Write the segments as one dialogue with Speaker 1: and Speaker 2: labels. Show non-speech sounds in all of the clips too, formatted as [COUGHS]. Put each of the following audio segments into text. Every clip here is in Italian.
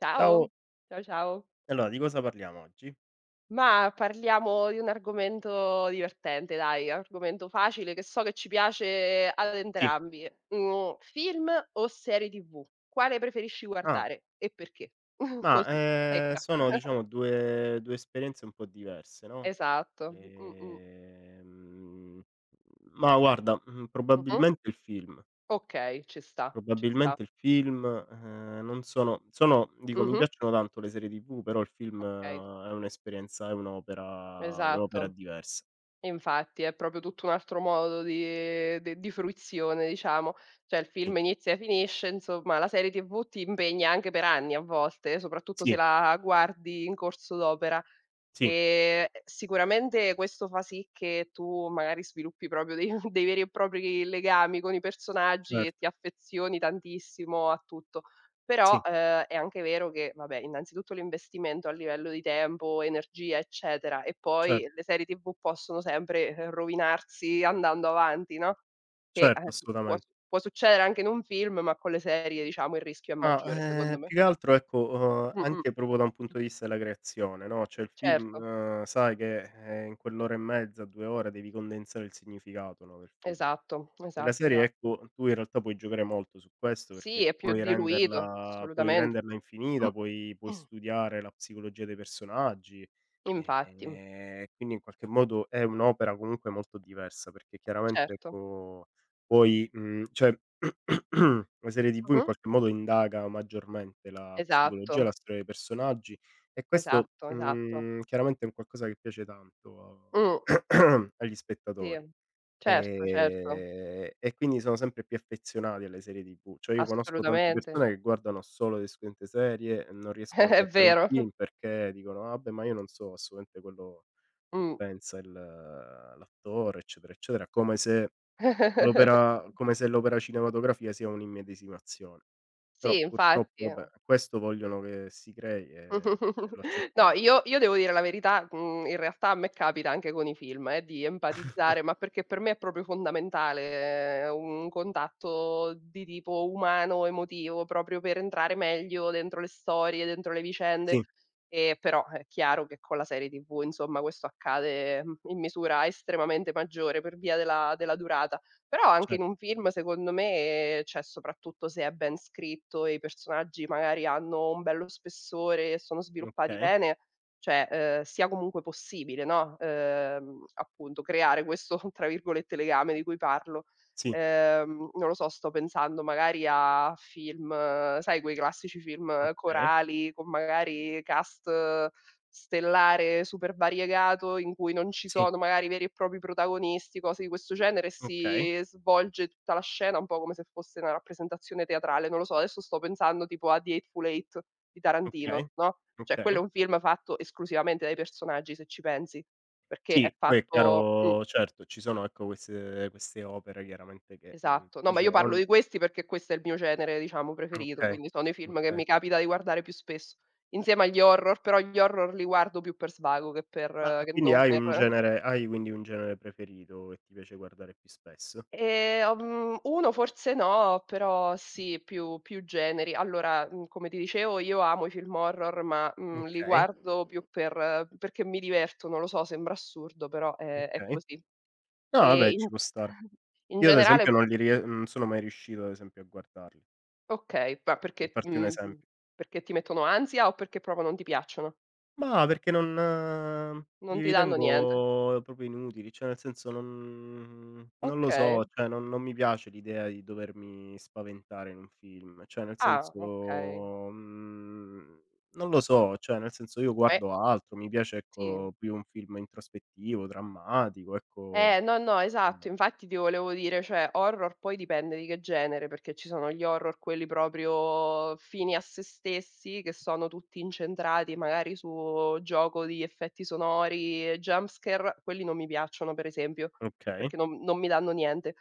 Speaker 1: Ciao,
Speaker 2: Ciao,
Speaker 1: ciao ciao.
Speaker 2: allora di cosa parliamo oggi?
Speaker 1: Ma parliamo di un argomento divertente, dai, argomento facile che so che ci piace ad
Speaker 2: Sì.
Speaker 1: entrambi. Mhmm, Film o serie TV? Quale preferisci
Speaker 2: Ah,
Speaker 1: guardare e perché? [LAUGHS]
Speaker 2: ma,
Speaker 1: Così, secca.
Speaker 2: sono diciamo 2 esperienze un po' diverse, no,
Speaker 1: Esatto. Mh-mh.
Speaker 2: ehm, ma guarda,
Speaker 1: Mh-mh. Okay, ci sta, ci sta.
Speaker 2: probabilmente il film, non sono dico mi
Speaker 1: Mh-mh.
Speaker 2: piacciono tanto le serie TV, però il film
Speaker 1: Okay,
Speaker 2: è un'esperienza è un'opera
Speaker 1: esatto.
Speaker 2: diversa.
Speaker 1: E infatti è proprio tutto un altro modo di fruizione, diciamo. Cioè il film
Speaker 2: Sì,
Speaker 1: inizia e finisce, insomma la serie TV ti impegna anche per anni a volte, soprattutto se
Speaker 2: sì,
Speaker 1: la guardi in corso d'opera.
Speaker 2: sì,
Speaker 1: Sicuramente questo fa sì che tu magari sviluppi proprio dei [LAUGHS] dei veri e propri legami con i personaggi e
Speaker 2: certo,
Speaker 1: ti affezioni tantissimo a tutto. Però,
Speaker 2: sì,
Speaker 1: è anche vero che, vabbè, innanzitutto l'investimento a livello di tempo, energia, eccetera, e
Speaker 2: cer
Speaker 1: poi le serie TV possono sempre, rovinarsi andando avanti, no, che,
Speaker 2: certo,
Speaker 1: può s
Speaker 2: assolutamente.
Speaker 1: può succedere anche in un film, ma con le serie diciamo il rischio è
Speaker 2: Ma,
Speaker 1: maggiore secondo me.
Speaker 2: più che altro ecco,
Speaker 1: Mh-mh.
Speaker 2: anche proprio da un punto di vista della creazione, no, cioè il film
Speaker 1: Certo,
Speaker 2: sai che, in quell'ora e mezza, 2 ore devi condensare il significato, no, del film.
Speaker 1: esatto,
Speaker 2: Nella
Speaker 1: esatto,
Speaker 2: serie,
Speaker 1: esatto.
Speaker 2: ecco, tu in realtà puoi giocare molto su questo
Speaker 1: Sì,
Speaker 2: perché
Speaker 1: è più
Speaker 2: puoi
Speaker 1: diluito,
Speaker 2: renderla puoi
Speaker 1: assolutamente.
Speaker 2: renderla infinita, puoi
Speaker 1: [COUGHS]
Speaker 2: studiare la psicologia dei personaggi,
Speaker 1: Infatti,
Speaker 2: quindi in qualche modo è un'opera comunque molto diversa perché chiaramente,
Speaker 1: certo.
Speaker 2: ecco, poi cioè [CLEARS THROAT] la serie TV in
Speaker 1: Mh-mh.
Speaker 2: qualche modo indaga maggiormente la
Speaker 1: Esatto,
Speaker 2: psicologia, la storia dei personaggi, e questo,
Speaker 1: esatto, esatto.
Speaker 2: chiaramente è un qualcosa che piace tanto
Speaker 1: Mh,
Speaker 2: a [CLEARS THROAT] agli
Speaker 1: sì.
Speaker 2: spettatori.
Speaker 1: Certo, certo,
Speaker 2: E quindi sono sempre più affezionati alle serie TV. Cioè io conosco tante
Speaker 1: assolutamente.
Speaker 2: persone che guardano solo le seguente serie e non riescono a
Speaker 1: [LAUGHS] È
Speaker 2: guardare un
Speaker 1: vero.
Speaker 2: film perché dicono: "Ah vabbè, ma io non so assolutamente quello che
Speaker 1: Mh.
Speaker 2: pensa il l'attore", eccetera, eccetera, come se
Speaker 1: [LAUGHS]
Speaker 2: l'opera cinematografica sia un'immedesimazione. Però
Speaker 1: Sì,
Speaker 2: purtroppo
Speaker 1: infatti.
Speaker 2: vabbè, questo vogliono che si crei, e
Speaker 1: [LAUGHS]
Speaker 2: lo
Speaker 1: No,
Speaker 2: accettiamo.
Speaker 1: io devo dire la verità, in realtà a me capita anche con i film, di empatizzare, ma perché per me è proprio fondamentale un contatto di tipo umano, emotivo, proprio per entrare meglio dentro le storie, dentro le vicende.
Speaker 2: Sì,
Speaker 1: E però è chiaro che con la serie TV, insomma, questo accade, in misura estremamente maggiore per via della durata. Però anche in
Speaker 2: certo.
Speaker 1: un film secondo me, cioè soprattutto se è ben scritto e i personaggi magari hanno un bello spessore e sono sviluppati
Speaker 2: Okay.
Speaker 1: bene, cioè, sia comunque possibile, no, appunto creare questo, [LAUGHS] tra virgolette, "legame" di cui parlo.
Speaker 2: Sì,
Speaker 1: Non lo so, sto pensando magari a film sai quei classici film
Speaker 2: okay.
Speaker 1: corali con magari cast stellare super variegato, in cui non ci
Speaker 2: Sì,
Speaker 1: sono magari veri e propri protagonisti, cose di questo genere, e
Speaker 2: okay.
Speaker 1: si svolge tutta la scena un po' come se fosse una rappresentazione teatrale. Non lo so, adesso sto pensando tipo a The Hateful Eight di Tarantino,
Speaker 2: Okay,
Speaker 1: no, cioè quello
Speaker 2: okay.
Speaker 1: è un film fatto esclusivamente dai personaggi se ci pensi, perché è
Speaker 2: Sì. Poi è
Speaker 1: fatto.
Speaker 2: chiaro certo, ci sono ecco queste opere chiaramente che,
Speaker 1: Esatto. No, ma io
Speaker 2: diciamo
Speaker 1: parlo
Speaker 2: ogn
Speaker 1: di questi perché questo è il mio genere, diciamo, preferito,
Speaker 2: okay,
Speaker 1: quindi sono i film che
Speaker 2: okay.
Speaker 1: mi capita di guardare più spesso, insieme agli horror, però gli horror li guardo più per svago
Speaker 2: Ma
Speaker 1: che
Speaker 2: quindi
Speaker 1: non per eh.
Speaker 2: hai quindi un genere preferito che ti piace guardare più spesso?
Speaker 1: 1 forse no, però sì, più generi. Allora, come ti dicevo io amo i film horror, ma, li
Speaker 2: Okay,
Speaker 1: guardo più perché mi diverto, non lo so, sembra assurdo, però è
Speaker 2: okay.
Speaker 1: così.
Speaker 2: No
Speaker 1: E
Speaker 2: vabbè,
Speaker 1: in
Speaker 2: ci può stare.
Speaker 1: [LAUGHS] in
Speaker 2: Io ad
Speaker 1: generale.
Speaker 2: esempio non li rie non sono mai riuscito ad esempio a guardarli,
Speaker 1: Okay, ma
Speaker 2: per
Speaker 1: perché
Speaker 2: farti un
Speaker 1: mhmm, mhmm,
Speaker 2: esempio.
Speaker 1: perché ti mettono ansia o perché proprio non ti piacciono?
Speaker 2: Ma perché non
Speaker 1: Non
Speaker 2: li
Speaker 1: ti danno niente?
Speaker 2: ritengo proprio inutili, cioè nel senso non lo
Speaker 1: Okay.
Speaker 2: so, cioè non mi piace l'idea di dovermi spaventare in un film, cioè nel
Speaker 1: Ah, okay.
Speaker 2: senso, mhmm, non lo so, cioè nel senso io
Speaker 1: Ma è
Speaker 2: guardo altro, mi piace
Speaker 1: sì.
Speaker 2: ecco più un film introspettivo, drammatico, ecco
Speaker 1: No, no, esatto.
Speaker 2: mhmm,
Speaker 1: Infatti ti volevo dire, cioè horror poi dipende di che genere, perché ci sono gli horror quelli proprio fini a sé stessi, che sono tutti incentrati magari su gioco di effetti sonori e jump scare, quelli non mi piacciono per esempio,
Speaker 2: okay.
Speaker 1: perché non mi danno niente.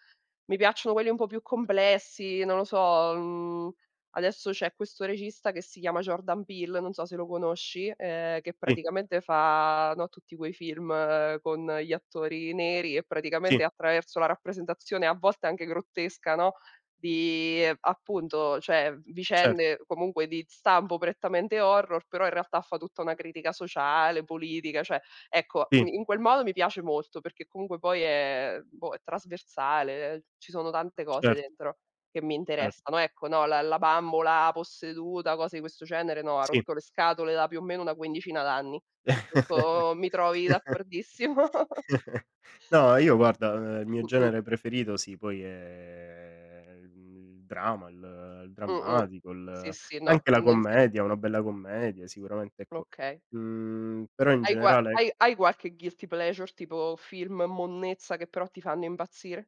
Speaker 1: Mi piacciono quelli un po' più complessi, non lo so, mhmm Adesso c'è questo regista che si chiama Jordan Peele, non so se lo conosci, che
Speaker 2: Sì,
Speaker 1: praticamente fa, no, tutti quei film con gli attori neri e
Speaker 2: sì,
Speaker 1: praticamente attraverso la rappresentazione a volte anche grottesca, no, di appunto, cioè
Speaker 2: cer
Speaker 1: vicende comunque di stampo prettamente horror, però in realtà fa tutta una critica sociale, politica, cioè ecco,
Speaker 2: sì,
Speaker 1: in quel modo mi piace molto perché comunque poi è boh, è trasversale, ci sono tante cose
Speaker 2: certo,
Speaker 1: dentro. Che mi
Speaker 2: certo,
Speaker 1: interessano. Ecco, no, la bambola posseduta, cose di questo genere, no, ha
Speaker 2: sì.
Speaker 1: rotto le scatole da più o meno una quindicina d'anni. Su questo mi
Speaker 2: [LAUGHS]
Speaker 1: trovi d'accordissimo.
Speaker 2: [LAUGHS] No,
Speaker 1: [LAUGHS]
Speaker 2: io guarda, il mio
Speaker 1: Mh-mh,
Speaker 2: genere preferito sì, poi è il dramma, il
Speaker 1: mh-mh.
Speaker 2: drammatico,
Speaker 1: Sì,
Speaker 2: il
Speaker 1: sì, no,
Speaker 2: anche la
Speaker 1: tendenzia
Speaker 2: commedia, una bella commedia sicuramente, ecco.
Speaker 1: okay.
Speaker 2: Però in
Speaker 1: Hai qua
Speaker 2: generale
Speaker 1: hai hai qualche guilty pleasure, tipo film, monnezza, che però ti fanno impazzire?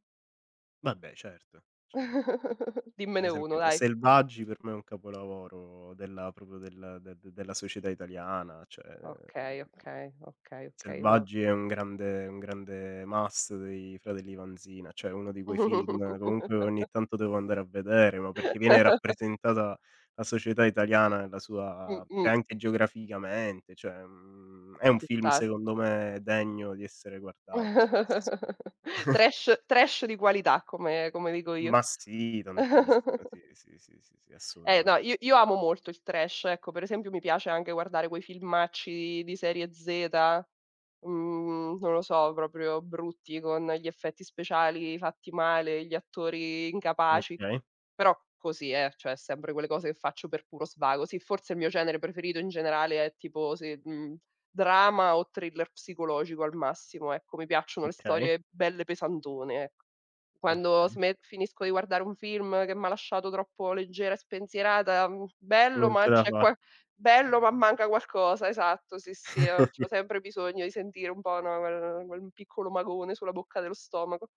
Speaker 2: vabbè certo, certo.
Speaker 1: [LAUGHS]
Speaker 2: Ad
Speaker 1: Dimmene uno,
Speaker 2: esempio
Speaker 1: dai.
Speaker 2: Selvaggi per me è un capolavoro della proprio del de de della società italiana, cioè
Speaker 1: Okay, okay, okay, okay, no.
Speaker 2: Selvaggi è un grande, must dei fratelli Vanzina, cioè uno di quei film comunque
Speaker 1: [LAUGHS]
Speaker 2: ogni tanto devo andare a vedere, ma perché viene rappresentata la società italiana nella sua
Speaker 1: Mh-mh.
Speaker 2: cioè anche geograficamente, cioè, è un
Speaker 1: Ci
Speaker 2: film
Speaker 1: sta.
Speaker 2: secondo me degno di essere guardato spesso.
Speaker 1: [LAUGHS] Trash trash di qualità come dico io.
Speaker 2: Ma sì, tantissimo,
Speaker 1: [LAUGHS]
Speaker 2: sì, sì, sì, sì, sì,
Speaker 1: Eh no,
Speaker 2: assolutamente.
Speaker 1: io amo molto il trash, ecco, per esempio mi piace anche guardare quei filmacci di serie Z. Non lo so, proprio brutti con gli effetti speciali fatti male, gli attori incapaci.
Speaker 2: Okay,
Speaker 1: Però così, cioè sempre quelle cose che faccio per puro svago. Sì, forse il mio genere preferito in generale è tipo se mhmm, drama o thriller psicologico al massimo, ecco. Mi piacciono le
Speaker 2: okay,
Speaker 1: storie belle pesantone, ec quando
Speaker 2: okay.
Speaker 1: sme finisco di guardare un film che m'ha lasciato troppo leggera e spensierata, bello ma
Speaker 2: Niente da
Speaker 1: c'è
Speaker 2: fare.
Speaker 1: qua bello ma manca qualcosa, esatto, sì, sì, c'ho sempre bisogno di sentire un po', no, quel piccolo magone sulla bocca dello stomaco,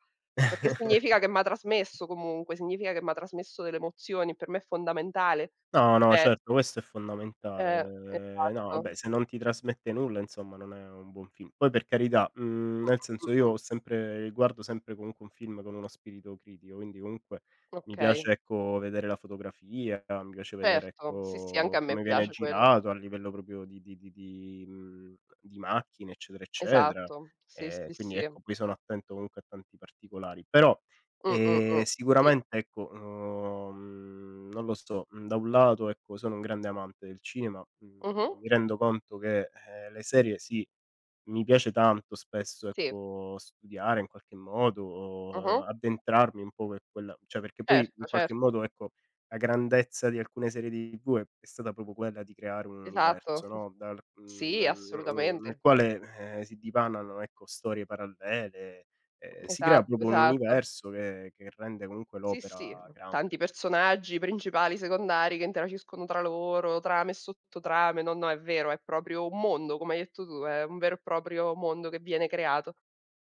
Speaker 1: perché
Speaker 2: [LAUGHS]
Speaker 1: significa che m'ha trasmesso comunque, significa che m'ha trasmesso delle emozioni, per me è fondamentale.
Speaker 2: No, no,
Speaker 1: Eh,
Speaker 2: certo, questo è fondamentale. No,
Speaker 1: esatto.
Speaker 2: vabbè, se non ti trasmette nulla, insomma, non è un buon film. Poi per carità,
Speaker 1: Mh,
Speaker 2: nel
Speaker 1: mh,
Speaker 2: senso io
Speaker 1: mh, mh.
Speaker 2: ho sempre guardo sempre comunque un film con uno spirito critico, quindi comunque mi
Speaker 1: Okay,
Speaker 2: piace, ecco, vedere la fotografia, mi piace vedere,
Speaker 1: certo, sì, sì, anche a
Speaker 2: ecco,
Speaker 1: me
Speaker 2: come viene
Speaker 1: piace quello.
Speaker 2: girato a livello proprio di macchine, eccetera, eccetera.
Speaker 1: Esatto, sì,
Speaker 2: Ehm,
Speaker 1: sì,
Speaker 2: quindi
Speaker 1: sì.
Speaker 2: ecco, poi sono attento comunque a tanti particolari. Però
Speaker 1: Mh, mh, mh, sì.
Speaker 2: Sicuramente ecco, non lo so, da un lato ecco sono un grande amante del cinema,
Speaker 1: Mh-mh.
Speaker 2: mi rendo conto che, le serie sì mi piace tanto spesso,
Speaker 1: Sì,
Speaker 2: ecco, studiare in qualche modo, o
Speaker 1: mh-mh.
Speaker 2: addentrarmi un po' per quella cioè perché poi
Speaker 1: Certo,
Speaker 2: in qualche
Speaker 1: certo.
Speaker 2: modo, ecco, la grandezza di alcune serie TV è stata proprio quella di creare un
Speaker 1: Esatto.
Speaker 2: universo, no, dal mhmm,
Speaker 1: Sì,
Speaker 2: nel nel
Speaker 1: assolutamente.
Speaker 2: quale, si dipanano, ecco, storie parallele, si crea
Speaker 1: Esatto,
Speaker 2: proprio un
Speaker 1: esatto.
Speaker 2: universo che rende comunque
Speaker 1: Sì, sì,
Speaker 2: l'opera grande.
Speaker 1: tanti personaggi principali, secondari che interagiscono tra loro, trame e sottotrame. No, no, è vero, è proprio un mondo, come hai detto tu, è un vero e proprio mondo che viene creato.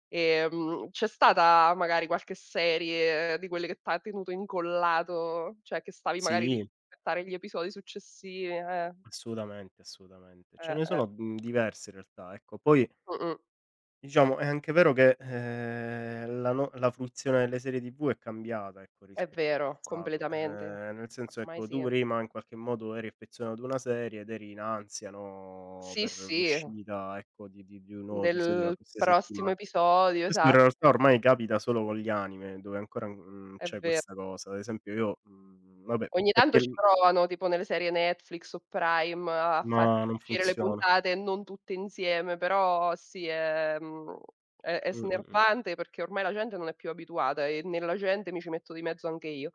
Speaker 1: C'è stata magari qualche serie di quelle che t'ha tenuto incollato, cioè che stavi magari lì
Speaker 2: Sì,
Speaker 1: aspettare gli episodi successivi?
Speaker 2: assolutamente, assolutamente. Ce
Speaker 1: Eh,
Speaker 2: ne
Speaker 1: eh.
Speaker 2: sono, diverse in realtà, ecco. Poi
Speaker 1: Mh-mh.
Speaker 2: diciamo, è anche vero che, la no la fruizione delle serie TV è cambiata, ecco,
Speaker 1: È
Speaker 2: rispetto al
Speaker 1: vero,
Speaker 2: passato.
Speaker 1: completamente.
Speaker 2: Nel senso,
Speaker 1: Ormai
Speaker 2: ecco, tu
Speaker 1: sì.
Speaker 2: prima in qualche modo eri affezionato a una serie ed eri in ansia, no,
Speaker 1: Sì,
Speaker 2: per
Speaker 1: sì,
Speaker 2: l'uscita, ecco, di un nuovo episodio la
Speaker 1: del
Speaker 2: prossima
Speaker 1: prossimo
Speaker 2: settimana.
Speaker 1: episodio,
Speaker 2: Questo in
Speaker 1: esatto,
Speaker 2: realtà ormai capita solo con gli anime, dove ancora,
Speaker 1: è
Speaker 2: c'è
Speaker 1: vero.
Speaker 2: questa cosa. Ad esempio io vabbè,
Speaker 1: Ogni
Speaker 2: perché
Speaker 1: tanto ci
Speaker 2: l
Speaker 1: provano, tipo nelle serie Netflix o Prime, a farti
Speaker 2: no, non
Speaker 1: uscire le
Speaker 2: funziona.
Speaker 1: puntate non tutte insieme, però sì, è mhmm, è
Speaker 2: Mh, mh, mh.
Speaker 1: snervante perché ormai la gente non è più abituata e nella gente mi ci metto di mezzo anche io.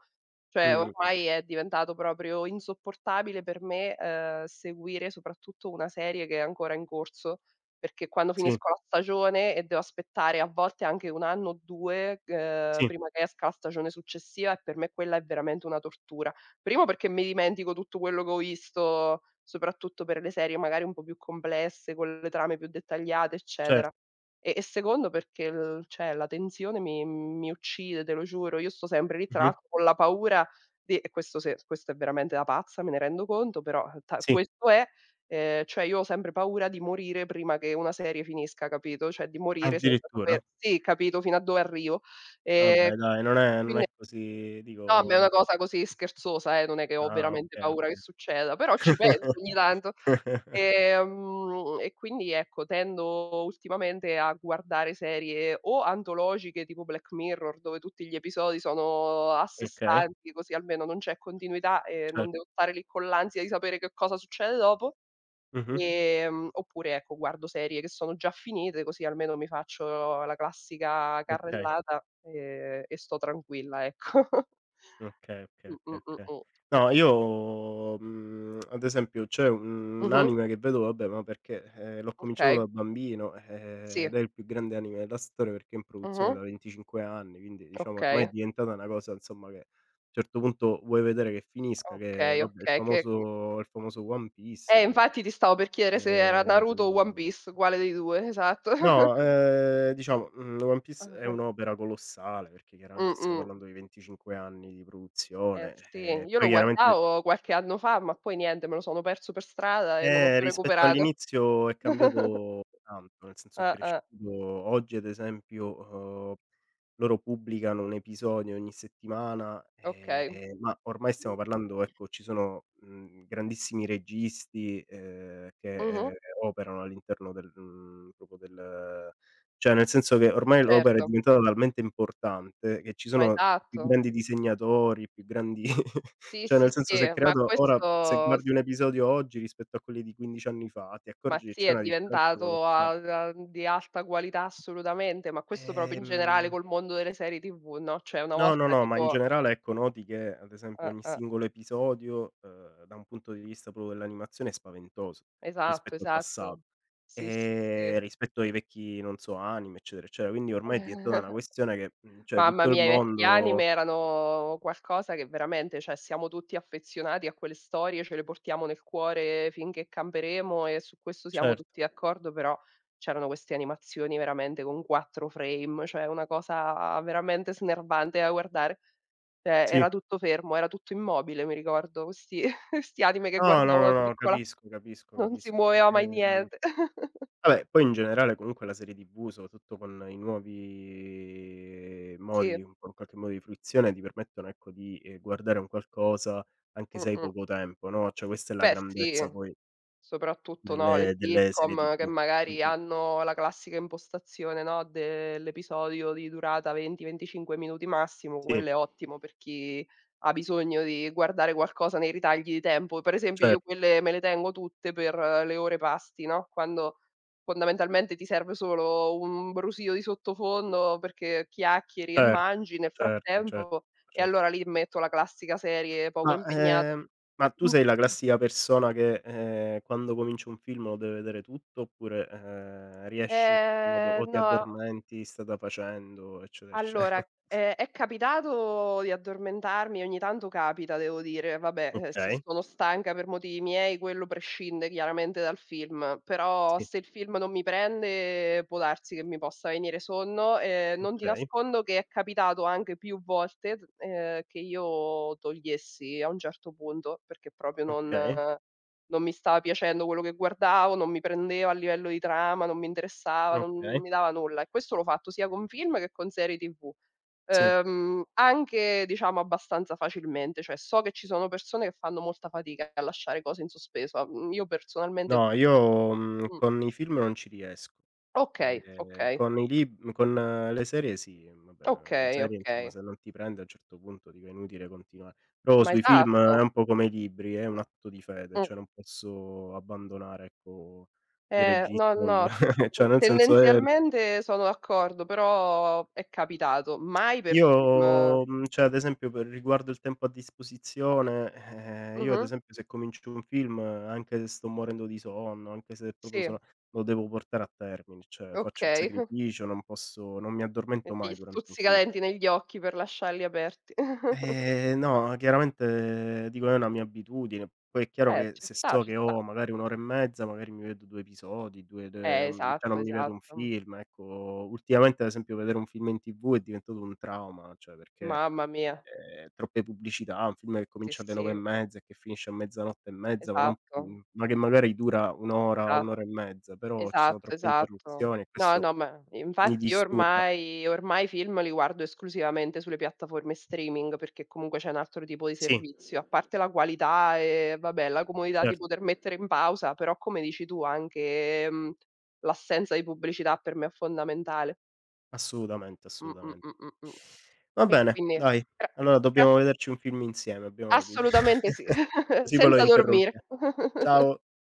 Speaker 2: Mh,
Speaker 1: Cioè
Speaker 2: mh, mh.
Speaker 1: ormai è diventato proprio insopportabile per me, seguire soprattutto una serie che è ancora in corso, perché quando
Speaker 2: Sì,
Speaker 1: finisco la stagione e devo aspettare a volte anche 1 anno o 2,
Speaker 2: sì,
Speaker 1: prima che esca la stagione successiva e per me quella è veramente una tortura. Primo perché mi dimentico tutto quello che ho visto, soprattutto per le serie magari un po' più complesse, con le trame più dettagliate, eccetera.
Speaker 2: certo.
Speaker 1: E secondo perché l cioè la tensione mi uccide, te lo giuro. Io sto sempre lì tra
Speaker 2: Mh-mh.
Speaker 1: l'altro con la paura sì, e questo se questo è veramente da pazza, me ne rendo conto, però ta
Speaker 2: Sì,
Speaker 1: questo è. Cioè io ho sempre paura di morire prima che una serie finisca, capito, cioè di morire senza saper
Speaker 2: addirittura?
Speaker 1: sì, capito, fino a dove arrivo. Ehm,
Speaker 2: Vabbè dai, non è, non
Speaker 1: quindi
Speaker 2: è così
Speaker 1: no, ma è
Speaker 2: dico
Speaker 1: una cosa così scherzosa non è che ho
Speaker 2: ah,
Speaker 1: veramente
Speaker 2: okay,
Speaker 1: paura che succeda,
Speaker 2: okay.
Speaker 1: però ci penso
Speaker 2: [LAUGHS]
Speaker 1: ogni tanto. E quindi ecco, tendo ultimamente a guardare serie o antologiche tipo Black Mirror, dove tutti gli episodi sono a sé
Speaker 2: Okay,
Speaker 1: stanti, così almeno non c'è continuità e
Speaker 2: cer
Speaker 1: non devo stare lì con l'ansia di sapere che cosa succede dopo.
Speaker 2: mh-mh.
Speaker 1: Oppure ecco, guardo serie che sono già finite, così almeno mi faccio la classica
Speaker 2: Okay,
Speaker 1: carrellata, e sto tranquilla, ecco. [LAUGHS]
Speaker 2: okay, okay, okay, okay.
Speaker 1: Mh. Per
Speaker 2: No, io, ad esempio c'è un
Speaker 1: mh-mh,
Speaker 2: anime che vedo, vabbè, ma perché, l'ho cominciato
Speaker 1: okay.
Speaker 2: da bambino,
Speaker 1: Sì.
Speaker 2: ed è il più grande anime della storia perché è in produzione
Speaker 1: Mh-mh,
Speaker 2: da 25 anni, quindi diciamo ormai è
Speaker 1: okay.
Speaker 2: diventata una cosa insomma che a un certo punto vuoi vedere che finisca, che
Speaker 1: Okay,
Speaker 2: vabbè il
Speaker 1: okay,
Speaker 2: famoso, One Piece.
Speaker 1: infatti ti stavo per chiedere se era
Speaker 2: Ehm,
Speaker 1: Naruto o One Piece, uguale dei 2, [LAUGHS] esatto.
Speaker 2: no, diciamo, One Piece è
Speaker 1: Ah-ah.
Speaker 2: un'opera colossale, perché chiaramente stiamo
Speaker 1: Mh-mh.
Speaker 2: parlando di 25 anni di
Speaker 1: Eh
Speaker 2: produzione,
Speaker 1: sì, io lo
Speaker 2: poi chiaramente
Speaker 1: guardavo qualche anno fa, ma poi niente, me lo sono perso per strada e non ho
Speaker 2: eh,
Speaker 1: più
Speaker 2: rispetto
Speaker 1: recuperato.
Speaker 2: all'inizio è
Speaker 1: [LAUGHS]
Speaker 2: cambiato tanto, nel senso è
Speaker 1: Ah-ah,
Speaker 2: cresciuto. Oggi ad esempio, loro pubblicano un episodio ogni settimana,
Speaker 1: okay.
Speaker 2: ma ormai stiamo
Speaker 1: Mh.
Speaker 2: parlando ecco, ci sono, grandissimi registi, che,
Speaker 1: Mh-mh.
Speaker 2: operano all'interno proprio del cioè nel senso che ormai l'opera è
Speaker 1: Certo,
Speaker 2: diventata talmente importante che ci
Speaker 1: ma
Speaker 2: sono i più
Speaker 1: esatto.
Speaker 2: grandi disegnatori, i più grandi
Speaker 1: Sì,
Speaker 2: cioè,
Speaker 1: sì,
Speaker 2: nel
Speaker 1: sì,
Speaker 2: senso, si è
Speaker 1: ma
Speaker 2: creato. Ora se
Speaker 1: questo s
Speaker 2: guardi un episodio oggi rispetto a quelli di 15 anni fa, ti
Speaker 1: ma
Speaker 2: accorgi che
Speaker 1: sì,
Speaker 2: c'è
Speaker 1: è
Speaker 2: una differenza
Speaker 1: diventato
Speaker 2: colossale.
Speaker 1: a di alta qualità assolutamente, ma questo proprio in generale
Speaker 2: Ehm,
Speaker 1: col mondo delle serie TV, no, cioè una
Speaker 2: no, no,
Speaker 1: volta
Speaker 2: no, ma in
Speaker 1: tipo
Speaker 2: generale, ecco, noti che, ad esempio, ogni
Speaker 1: Eh-eh.
Speaker 2: singolo episodio, da un punto di vista proprio dell'animazione è spaventoso
Speaker 1: Esatto,
Speaker 2: rispetto al passato,
Speaker 1: esatto. Sì, sì, sì.
Speaker 2: rispetto ai vecchi, non so, anime, eccetera, eccetera. Quindi ormai è diventata una
Speaker 1: [LAUGHS]
Speaker 2: questione che, cioè
Speaker 1: Mamma
Speaker 2: tutto il,
Speaker 1: mia, i
Speaker 2: Mamma mia,
Speaker 1: vecchi anime
Speaker 2: mondo
Speaker 1: erano qualcosa che veramente cioè siamo tutti affezionati a quelle storie, ce le portiamo nel cuore finché camperemo e su questo siamo
Speaker 2: certo,
Speaker 1: tutti d'accordo, però c'erano queste animazioni veramente con 4 frame, cioè una cosa veramente snervante da guardare. Cioè
Speaker 2: sì.
Speaker 1: era tutto fermo, era tutto immobile, mi ricordo, questi [LAUGHS] questi anime che
Speaker 2: No, no,
Speaker 1: guardavo da
Speaker 2: no, no,
Speaker 1: piccola,
Speaker 2: capisco, capisco,
Speaker 1: non si
Speaker 2: capisco.
Speaker 1: muoveva mai niente. [LAUGHS]
Speaker 2: Vabbè, poi in generale comunque la serie TV, soprattutto con i nuovi
Speaker 1: Sì.
Speaker 2: modi un po' in qualche modo di fruizione, ti permettono ecco di, guardare un qualcosa anche se hai
Speaker 1: Mh-mh.
Speaker 2: poco tempo, no, cioè questa è la
Speaker 1: Beh sì,
Speaker 2: grandezza poi
Speaker 1: soprattutto, no, le
Speaker 2: delle serie
Speaker 1: sitcom che
Speaker 2: TV.
Speaker 1: magari
Speaker 2: Mh-mh.
Speaker 1: hanno la classica impostazione, no, dell'episodio di durata 20, 25 minuti massimo,
Speaker 2: Sì,
Speaker 1: quello è ottimo per chi ha bisogno di guardare qualcosa nei ritagli di tempo. Per esempio
Speaker 2: cer
Speaker 1: io quelle me le tengo tutte per le ore pasti, no, quando fondamentalmente ti serve solo un brusio di sottofondo perché chiacchieri e
Speaker 2: certo,
Speaker 1: mangi nel
Speaker 2: certo, certo,
Speaker 1: frattempo e allora
Speaker 2: certo.
Speaker 1: lì metto la classica serie poco
Speaker 2: Ma,
Speaker 1: impegnata.
Speaker 2: ehm, ma tu sei la classica persona che, quando comincia un film lo deve vedere tutto oppure, riesci in qualche modo o ti
Speaker 1: No,
Speaker 2: addormenti, strada facendo, eccetera, ecce
Speaker 1: allora, è capitato di addormentarmi, ogni tanto capita devo dire, vabbè, se
Speaker 2: okay,
Speaker 1: sono stanca per motivi miei quello prescinde chiaramente dal film, però
Speaker 2: sì,
Speaker 1: se il film non mi prende può darsi che mi possa venire sonno. Non ti
Speaker 2: okay,
Speaker 1: nascondo che è capitato anche più volte, che io togliessi a un certo punto perché proprio non
Speaker 2: okay,
Speaker 1: non mi stava piacendo quello che guardavo, non mi prendeva a livello di trama, non mi interessava, non
Speaker 2: okay,
Speaker 1: mi dava nulla. E questo l'ho fatto sia con film che con serie TV.
Speaker 2: sì.
Speaker 1: Anche diciamo abbastanza facilmente, cioè so che ci sono persone che fanno molta fatica a lasciare cose in sospeso, io personalmente.
Speaker 2: No, io,
Speaker 1: Mh.
Speaker 2: con i film non ci riesco.
Speaker 1: Okay, okay,
Speaker 2: Con i lib mhmm, con le serie sì, vabbè, le
Speaker 1: okay,
Speaker 2: serie insomma
Speaker 1: okay.
Speaker 2: se non ti prende a un certo punto dico è inutile continuare. Però
Speaker 1: Ma
Speaker 2: sui film è
Speaker 1: esatto.
Speaker 2: un po' come i libri, è un atto di fede,
Speaker 1: Mh.
Speaker 2: cioè non posso abbandonare, ecco, il
Speaker 1: No,
Speaker 2: regista o il
Speaker 1: no,
Speaker 2: [LAUGHS] cioè nel senso è
Speaker 1: tendenzialmente sono d'accordo, però è capitato, mai per film.
Speaker 2: io, cioè ad esempio per riguardo il tempo a disposizione, io ad
Speaker 1: Mh-mh.
Speaker 2: esempio se comincio un film, anche se sto morendo di sonno, anche se proprio
Speaker 1: Sì,
Speaker 2: sono lo devo portare a termine, cioè faccio il
Speaker 1: okay. [LAUGHS]
Speaker 2: sacrificio, non posso, non mi
Speaker 1: E
Speaker 2: addormento
Speaker 1: ti
Speaker 2: mai durante un
Speaker 1: stuzzica
Speaker 2: film.
Speaker 1: denti negli occhi per lasciarli aperti. [LAUGHS]
Speaker 2: No, chiaramente dico è una mia abitudine, poi è chiaro che
Speaker 1: Ci
Speaker 2: se
Speaker 1: sta,
Speaker 2: so
Speaker 1: ci
Speaker 2: che
Speaker 1: sta.
Speaker 2: ho magari 1 ora e mezza, magari mi vedo 2 episodi, 2 cioè
Speaker 1: Esatto,
Speaker 2: non mi vedo un
Speaker 1: esatto. Mh.
Speaker 2: film, ecco. Ultimamente ad esempio vedere un film in TV è diventato un trauma, cioè perché
Speaker 1: Mamma mia.
Speaker 2: troppe pubblicità, un film che
Speaker 1: Sì,
Speaker 2: comincia alle 9 e
Speaker 1: sì,
Speaker 2: mezza e che finisce a mezzanotte e mezza, ma non
Speaker 1: esatto,
Speaker 2: ma che magari dura 1 ora,
Speaker 1: esatto,
Speaker 2: 1 ora e mezza, però ci sono
Speaker 1: esatto,
Speaker 2: troppe
Speaker 1: esatto.
Speaker 2: interruzioni e
Speaker 1: No,
Speaker 2: questo
Speaker 1: no, ma
Speaker 2: mi
Speaker 1: infatti io
Speaker 2: disturba.
Speaker 1: ormai i film li guardo esclusivamente sulle piattaforme streaming, perché comunque c'è un altro tipo di
Speaker 2: Sì,
Speaker 1: servizio, a parte la qualità e vabbè, la comodità di
Speaker 2: certo,
Speaker 1: poter mettere in pausa, però come dici tu anche, l'assenza di pubblicità per me è fondamentale.
Speaker 2: assolutamente,
Speaker 1: Mh, mh,
Speaker 2: assolutamente.
Speaker 1: mh, mh, mh.
Speaker 2: Va
Speaker 1: E
Speaker 2: bene,
Speaker 1: quindi
Speaker 2: dai,
Speaker 1: gra
Speaker 2: allora
Speaker 1: gra
Speaker 2: dobbiamo vederci un film insieme, abbiamo capito.
Speaker 1: assolutamente sì,
Speaker 2: [LAUGHS]
Speaker 1: [LAUGHS]
Speaker 2: Così poi lo
Speaker 1: senza dormire.
Speaker 2: interrompia ciao.